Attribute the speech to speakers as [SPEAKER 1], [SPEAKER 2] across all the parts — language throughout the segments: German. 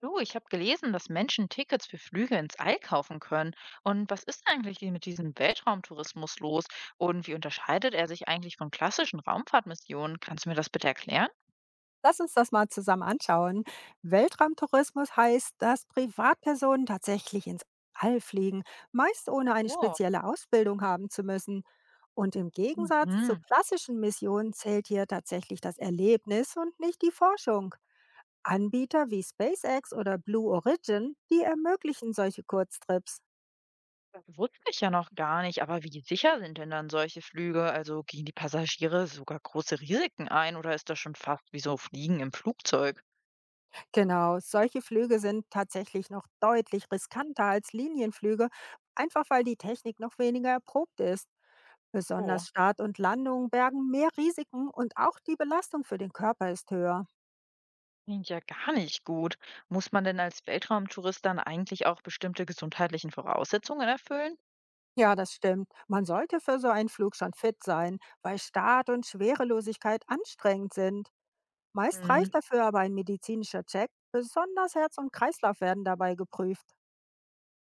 [SPEAKER 1] Du, ich habe gelesen, dass Menschen Tickets für Flüge ins All kaufen können. Und was ist eigentlich hier mit diesem Weltraumtourismus los? Und wie unterscheidet er sich eigentlich von klassischen Raumfahrtmissionen? Kannst du mir das bitte erklären?
[SPEAKER 2] Lass uns das mal zusammen anschauen. Weltraumtourismus heißt, dass Privatpersonen tatsächlich ins All fliegen, meist ohne eine
[SPEAKER 1] Oh,
[SPEAKER 2] spezielle Ausbildung haben zu müssen. Und im Gegensatz zu
[SPEAKER 1] mhm.
[SPEAKER 2] klassischen Missionen zählt hier tatsächlich das Erlebnis und nicht die Forschung. Anbieter wie SpaceX oder Blue Origin, die ermöglichen solche Kurztrips.
[SPEAKER 1] Das wusste ich ja noch gar nicht. Aber wie sicher sind denn dann solche Flüge? Also gehen die Passagiere sogar große Risiken ein oder ist das schon fast wie so Fliegen im Flugzeug?
[SPEAKER 2] Genau, solche Flüge sind tatsächlich noch deutlich riskanter als Linienflüge, einfach weil die Technik noch weniger erprobt ist.
[SPEAKER 1] Oh.
[SPEAKER 2] Besonders Start und Landung bergen mehr Risiken und auch die Belastung für den Körper ist höher.
[SPEAKER 1] Klingt ja gar nicht gut. Muss man denn als Weltraumtourist dann eigentlich auch bestimmte gesundheitlichen Voraussetzungen erfüllen?
[SPEAKER 2] Ja, das stimmt. Man sollte für so einen Flug schon fit sein, weil Start und Schwerelosigkeit anstrengend sind. Meist reicht
[SPEAKER 1] Mm.
[SPEAKER 2] dafür aber ein medizinischer Check. Besonders Herz und Kreislauf werden dabei geprüft.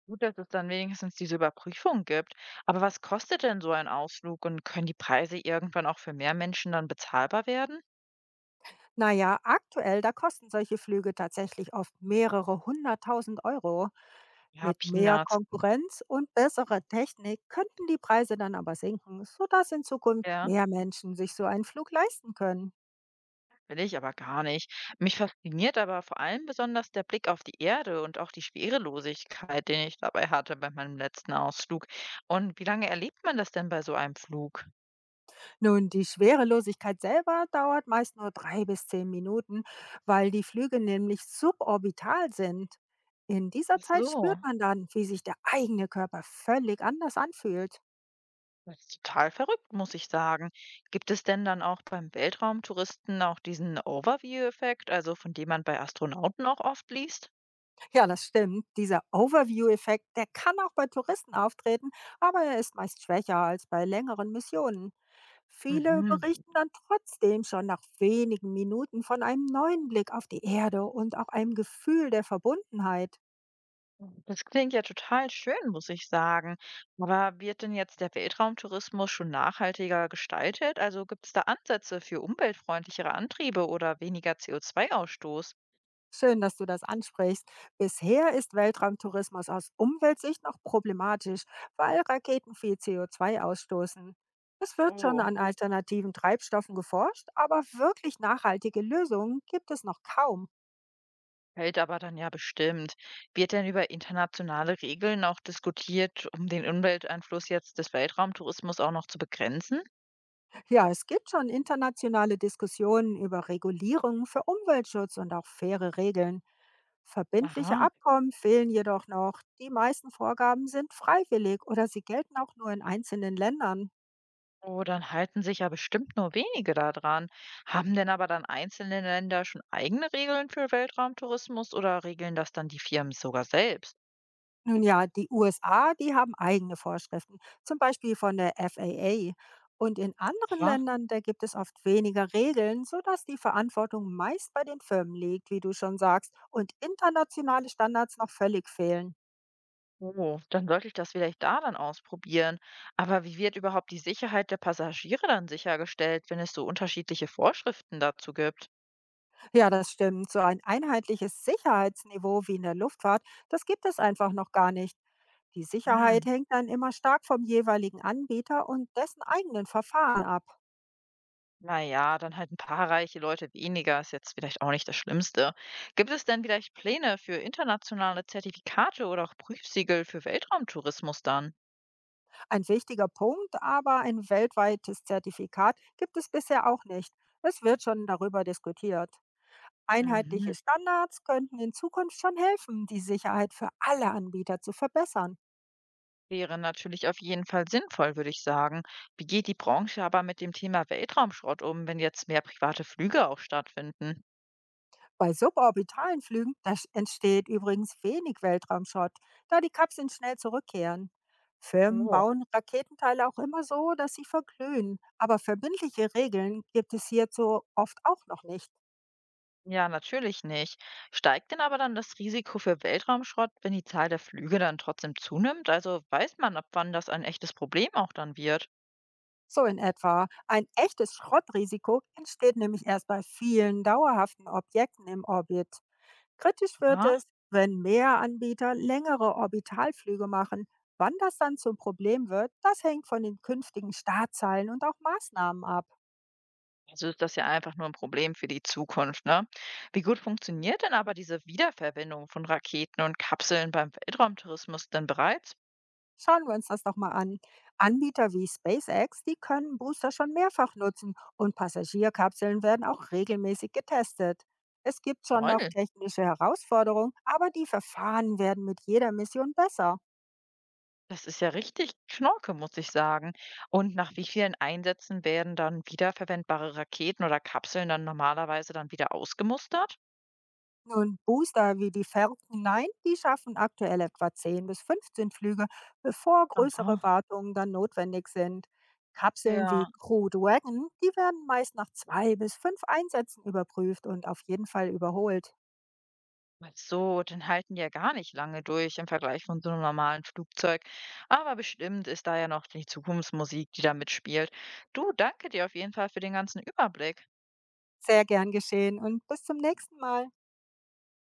[SPEAKER 1] Gut, dass es dann wenigstens diese Überprüfung gibt. Aber was kostet denn so ein Ausflug und können die Preise irgendwann auch für mehr Menschen dann bezahlbar werden?
[SPEAKER 2] Naja, aktuell, da kosten solche Flüge tatsächlich oft mehrere 100.000 Euro.
[SPEAKER 1] Ja,
[SPEAKER 2] Mit mehr
[SPEAKER 1] Peanuts.
[SPEAKER 2] Konkurrenz und besserer Technik könnten die Preise dann aber sinken, sodass in Zukunft
[SPEAKER 1] Ja,
[SPEAKER 2] mehr Menschen sich so einen Flug leisten können.
[SPEAKER 1] will ich aber gar nicht. Mich fasziniert aber vor allem besonders der Blick auf die Erde und auch die Schwerelosigkeit, den ich dabei hatte bei meinem letzten Ausflug. Und wie lange erlebt man das denn bei so einem Flug?
[SPEAKER 2] Nun, die Schwerelosigkeit selber dauert meist nur 3 bis 10 Minuten, weil die Flüge nämlich suborbital sind. In dieser
[SPEAKER 1] Ach
[SPEAKER 2] Zeit
[SPEAKER 1] so.
[SPEAKER 2] spürt man dann, wie sich der eigene Körper völlig anders anfühlt.
[SPEAKER 1] Das ist total verrückt, muss ich sagen. Gibt es denn dann auch beim Weltraumtouristen auch diesen Overview-Effekt, also von dem man bei Astronauten auch oft liest?
[SPEAKER 2] Ja, das stimmt. Dieser Overview-Effekt, der kann auch bei Touristen auftreten, aber er ist meist schwächer als bei längeren Missionen. Viele
[SPEAKER 1] Mhm.
[SPEAKER 2] berichten dann trotzdem schon nach wenigen Minuten von einem neuen Blick auf die Erde und auch einem Gefühl der Verbundenheit.
[SPEAKER 1] Das klingt ja total schön, muss ich sagen. Aber wird denn jetzt der Weltraumtourismus schon nachhaltiger gestaltet? Also gibt es da Ansätze für umweltfreundlichere Antriebe oder weniger co zwei ausstoß?
[SPEAKER 2] Schön, dass du das ansprichst. Bisher ist Weltraumtourismus aus Umweltsicht noch problematisch, weil Raketen viel CO2 ausstoßen. Es wird schon
[SPEAKER 1] Oh.
[SPEAKER 2] an alternativen Treibstoffen geforscht, aber wirklich nachhaltige Lösungen gibt es noch kaum.
[SPEAKER 1] Hält aber dann ja bestimmt. Wird denn über internationale Regeln auch diskutiert, um den Umwelteinfluss jetzt des Weltraumtourismus auch noch zu begrenzen?
[SPEAKER 2] Ja, es gibt schon internationale Diskussionen über Regulierungen für Umweltschutz und auch faire Regeln. Verbindliche
[SPEAKER 1] Aha.
[SPEAKER 2] Abkommen fehlen jedoch noch. Die meisten Vorgaben sind freiwillig oder sie gelten auch nur in einzelnen Ländern.
[SPEAKER 1] Oh, dann halten sich ja bestimmt nur wenige da dran. Haben denn aber dann einzelne Länder schon eigene Regeln für Weltraumtourismus oder regeln das dann die Firmen sogar selbst?
[SPEAKER 2] Nun ja, die USA, die haben eigene Vorschriften, zum Beispiel von der FAA. Und in anderen
[SPEAKER 1] Aha.
[SPEAKER 2] Ländern, da gibt es oft weniger Regeln, sodass die Verantwortung meist bei den Firmen liegt, wie du schon sagst, und internationale Standards noch völlig fehlen.
[SPEAKER 1] Oh, dann sollte ich das vielleicht da dann ausprobieren. Aber wie wird überhaupt die Sicherheit der Passagiere dann sichergestellt, wenn es so unterschiedliche Vorschriften dazu gibt?
[SPEAKER 2] Ja, das stimmt. So ein einheitliches Sicherheitsniveau wie in der Luftfahrt, das gibt es einfach noch gar nicht. Die Sicherheit
[SPEAKER 1] Hm,
[SPEAKER 2] hängt dann immer stark vom jeweiligen Anbieter und dessen eigenen Verfahren ab.
[SPEAKER 1] na ja, dann halt ein paar reiche Leute weniger, ist jetzt vielleicht auch nicht das Schlimmste. Gibt es denn vielleicht Pläne für internationale Zertifikate oder auch Prüfsiegel für Weltraumtourismus dann?
[SPEAKER 2] Ein wichtiger Punkt, aber ein weltweites Zertifikat gibt es bisher auch nicht. Es wird schon darüber diskutiert. Einheitliche
[SPEAKER 1] Mhm.
[SPEAKER 2] Standards könnten in Zukunft schon helfen, die Sicherheit für alle Anbieter zu verbessern.
[SPEAKER 1] Wäre natürlich auf jeden Fall sinnvoll, würde ich sagen. Wie geht die Branche aber mit dem Thema Weltraumschrott um, wenn jetzt mehr private Flüge auch stattfinden?
[SPEAKER 2] Bei suborbitalen Flügen das entsteht übrigens wenig Weltraumschrott, da die Kapseln schnell zurückkehren. Firmen
[SPEAKER 1] Oh,
[SPEAKER 2] bauen Raketenteile auch immer so, dass sie verglühen, aber verbindliche Regeln gibt es hierzu oft auch noch nicht.
[SPEAKER 1] ja, natürlich nicht. Steigt denn aber dann das Risiko für Weltraumschrott, wenn die Zahl der Flüge dann trotzdem zunimmt? Also weiß man, ab wann das ein echtes Problem auch dann wird?
[SPEAKER 2] So in etwa. Ein echtes Schrottrisiko entsteht nämlich erst bei vielen dauerhaften Objekten im Orbit. Kritisch wird
[SPEAKER 1] Ah?
[SPEAKER 2] es, wenn mehr Anbieter längere Orbitalflüge machen. Wann das dann zum Problem wird, das hängt von den künftigen Startzahlen und auch Maßnahmen ab.
[SPEAKER 1] Also ist das ja einfach nur ein Problem für die Zukunft, ne? Wie gut funktioniert denn aber diese Wiederverwendung von Raketen und Kapseln beim Weltraumtourismus denn bereits?
[SPEAKER 2] Schauen wir uns das doch mal an. Anbieter wie SpaceX, die können Booster schon mehrfach nutzen und Passagierkapseln werden auch regelmäßig getestet. Es gibt schon
[SPEAKER 1] Toll,
[SPEAKER 2] noch technische Herausforderungen, aber die Verfahren werden mit jeder Mission besser.
[SPEAKER 1] das ist ja richtig Knorke, muss ich sagen. Und nach wie vielen Einsätzen werden dann wiederverwendbare Raketen oder Kapseln dann normalerweise dann wieder ausgemustert?
[SPEAKER 2] Nun, Booster wie die Falcon 9, die schaffen aktuell etwa 10 bis 15 Flüge, bevor
[SPEAKER 1] Aha,
[SPEAKER 2] größere Wartungen dann notwendig sind. Kapseln wie
[SPEAKER 1] ja.
[SPEAKER 2] Crew Dragon, die werden meist nach 2 bis 5 Einsätzen überprüft und auf jeden Fall überholt.
[SPEAKER 1] Ach so, dann halten die ja gar nicht lange durch im Vergleich von so einem normalen Flugzeug. Aber bestimmt ist da ja noch die Zukunftsmusik, die da mitspielt. Du, danke dir auf jeden Fall für den ganzen Überblick.
[SPEAKER 2] Sehr gern geschehen und bis zum nächsten Mal.